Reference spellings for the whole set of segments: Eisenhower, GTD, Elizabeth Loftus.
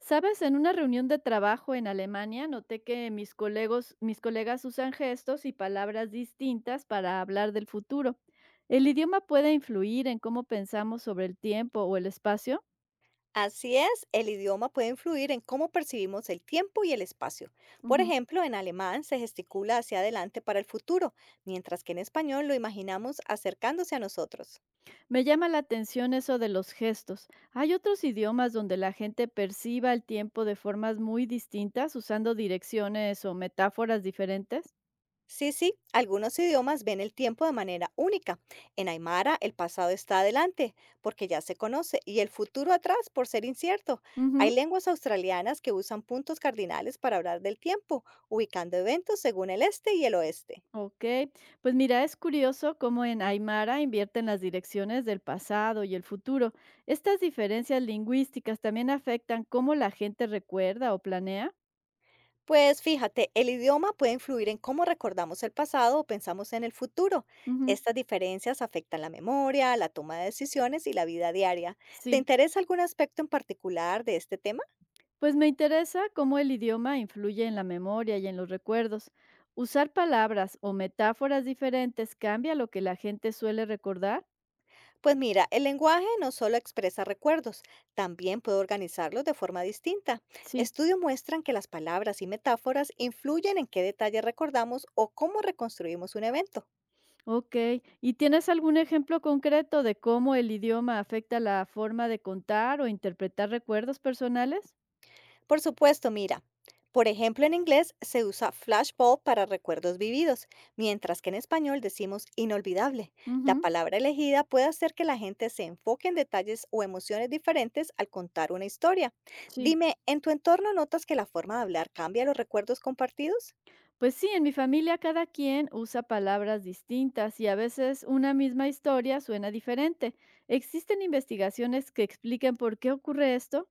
Sabes, en una reunión de trabajo en Alemania noté que mis colegas usan gestos y palabras distintas para hablar del futuro. ¿El idioma puede influir en cómo pensamos sobre el tiempo o el espacio? Así es, el idioma puede influir en cómo percibimos el tiempo y el espacio. Por Ujú. ejemplo, en alemán se gesticula hacia adelante para el futuro, mientras que en español lo imaginamos acercándose a nosotros. Me llama la atención eso de los gestos. ¿Hay otros idiomas donde la gente perciba el tiempo de formas muy distintas usando direcciones o metáforas diferentes? Sí, sí, algunos idiomas ven el tiempo de manera única. En Aymara el pasado está adelante, porque ya se conoce, y el futuro atrás, por ser incierto. Hay Ujú. lenguas australianas que usan puntos cardinales para hablar del tiempo, ubicando eventos según el este y el oeste. Ok, pues mira, es curioso cómo en Aymara invierten las direcciones del pasado y el futuro. ¿Estas diferencias lingüísticas también afectan cómo la gente recuerda o planea? Pues fíjate, el idioma puede influir en cómo recordamos el pasado o pensamos en el futuro. Ujú. Estas diferencias afectan la memoria, la toma de decisiones y la vida diaria. ¿Te Sí, interesa algún aspecto en particular de este tema? pues me interesa cómo el idioma influye en la memoria y en los recuerdos. ¿Usar palabras o metáforas diferentes cambia lo que la gente suele recordar? Pues mira, el lenguaje no solo expresa recuerdos, también puede organizarlos de forma distinta. Sí. Estudios muestran que las palabras y metáforas influyen en qué detalles recordamos o cómo reconstruimos un evento. Ok, ¿y tienes algún ejemplo concreto de cómo el idioma afecta la forma de contar o interpretar recuerdos personales? Por supuesto, mira. Por ejemplo, en inglés se usa flashbulb para recuerdos vividos, mientras que en español decimos inolvidable. La Ujú, palabra elegida puede hacer que la gente se enfoque en detalles o emociones diferentes al contar una historia. sí. Dime, ¿en tu entorno notas que la forma de hablar cambia los recuerdos compartidos? Pues sí, en mi familia cada quien usa palabras distintas y a veces una misma historia suena diferente. ¿Existen investigaciones que expliquen por qué ocurre esto?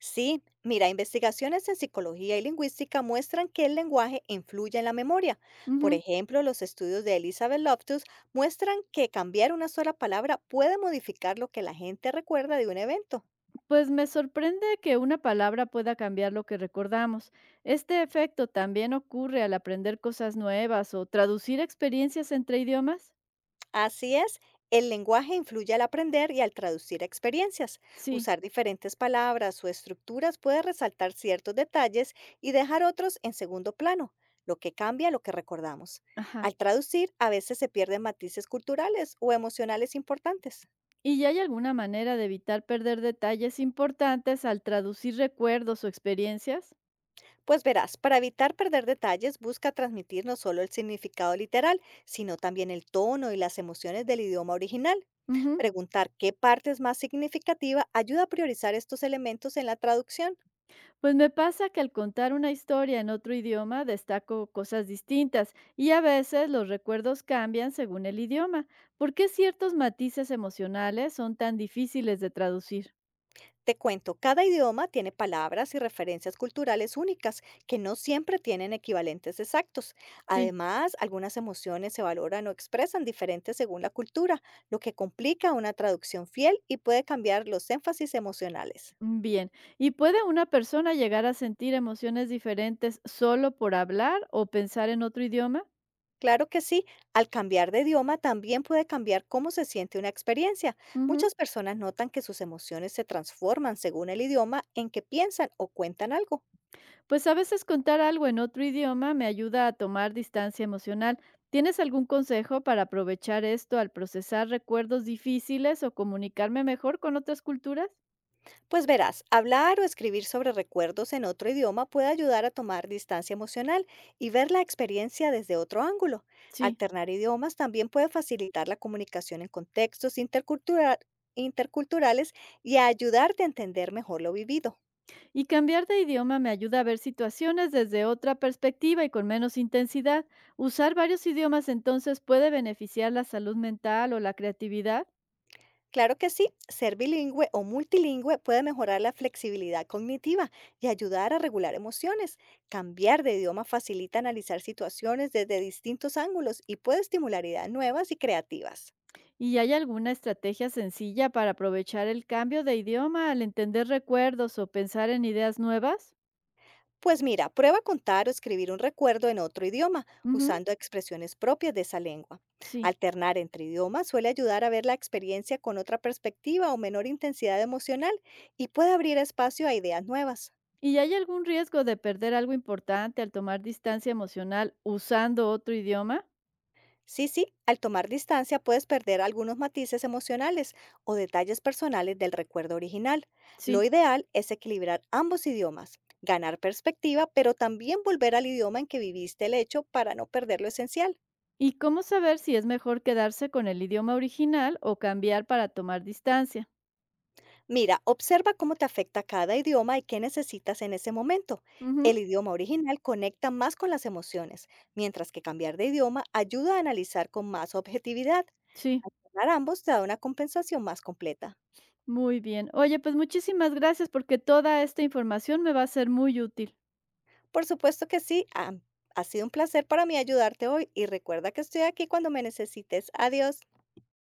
Sí, mira, investigaciones en psicología y lingüística muestran que el lenguaje influye en la memoria. Por Ujú. ejemplo, los estudios de Elizabeth Loftus muestran que cambiar una sola palabra puede modificar lo que la gente recuerda de un evento. Pues me sorprende que una palabra pueda cambiar lo que recordamos. ¿Este efecto también ocurre al aprender cosas nuevas o traducir experiencias entre idiomas? Así es, el lenguaje influye al aprender y al traducir experiencias. Sí, Usar diferentes palabras o estructuras puede resaltar ciertos detalles y dejar otros en segundo plano, lo que cambia lo que recordamos. ajá. Al traducir, a veces se pierden matices culturales o emocionales importantes. ¿Y ya hay alguna manera de evitar perder detalles importantes al traducir recuerdos o experiencias? Pues verás, para evitar perder detalles, busca transmitir no solo el significado literal, sino también el tono y las emociones del idioma original. Ujú. Preguntar qué parte es más significativa ayuda a priorizar estos elementos en la traducción. Pues me pasa que al contar una historia en otro idioma destaco cosas distintas y a veces los recuerdos cambian según el idioma. ¿Por qué ciertos matices emocionales son tan difíciles de traducir? Te cuento, cada idioma tiene palabras y referencias culturales únicas que no siempre tienen equivalentes exactos. Sí, Además, algunas emociones se valoran o expresan diferentes según la cultura, lo que complica una traducción fiel y puede cambiar los énfasis emocionales. mm, bien. ¿Y puede una persona llegar a sentir emociones diferentes solo por hablar o pensar en otro idioma? Claro que sí, al cambiar de idioma también puede cambiar cómo se siente una experiencia. Ujú. Muchas personas notan que sus emociones se transforman según el idioma en que piensan o cuentan algo. Pues a veces contar algo en otro idioma me ayuda a tomar distancia emocional. ¿Tienes algún consejo para aprovechar esto al procesar recuerdos difíciles o comunicarme mejor con otras culturas? Pues verás, hablar o escribir sobre recuerdos en otro idioma puede ayudar a tomar distancia emocional y ver la experiencia desde otro ángulo. Sí. Alternar idiomas también puede facilitar la comunicación en contextos interculturales y ayudarte a entender mejor lo vivido. Y cambiar de idioma me ayuda a ver situaciones desde otra perspectiva y con menos intensidad. Usar varios idiomas entonces puede beneficiar la salud mental o la creatividad. Claro que sí, ser bilingüe o multilingüe puede mejorar la flexibilidad cognitiva y ayudar a regular emociones. Cambiar de idioma facilita analizar situaciones desde distintos ángulos y puede estimular ideas nuevas y creativas. ¿Y hay alguna estrategia sencilla para aprovechar el cambio de idioma al entender recuerdos o pensar en ideas nuevas? Pues mira, prueba a contar o escribir un recuerdo en otro idioma, Ujú, usando expresiones propias de esa lengua. sí. Alternar entre idiomas suele ayudar a ver la experiencia con otra perspectiva o menor intensidad emocional y puede abrir espacio a ideas nuevas. ¿Y hay algún riesgo de perder algo importante al tomar distancia emocional usando otro idioma? Sí, sí, al tomar distancia puedes perder algunos matices emocionales o detalles personales del recuerdo original. Lo Sí. ideal es equilibrar ambos idiomas, ganar perspectiva, pero también volver al idioma en que viviste el hecho para no perder lo esencial. ¿Y cómo saber si es mejor quedarse con el idioma original o cambiar para tomar distancia? Mira, observa cómo te afecta cada idioma y qué necesitas en ese momento. Ujú, El idioma original conecta más con las emociones, mientras que cambiar de idioma ayuda a analizar con más objetividad. sí, Alternar ambos te da una compensación más completa. muy bien. Oye, pues muchísimas gracias porque toda esta información me va a ser muy útil. Por supuesto que sí, ha sido un placer para mí ayudarte hoy y recuerda que estoy aquí cuando me necesites. Adiós.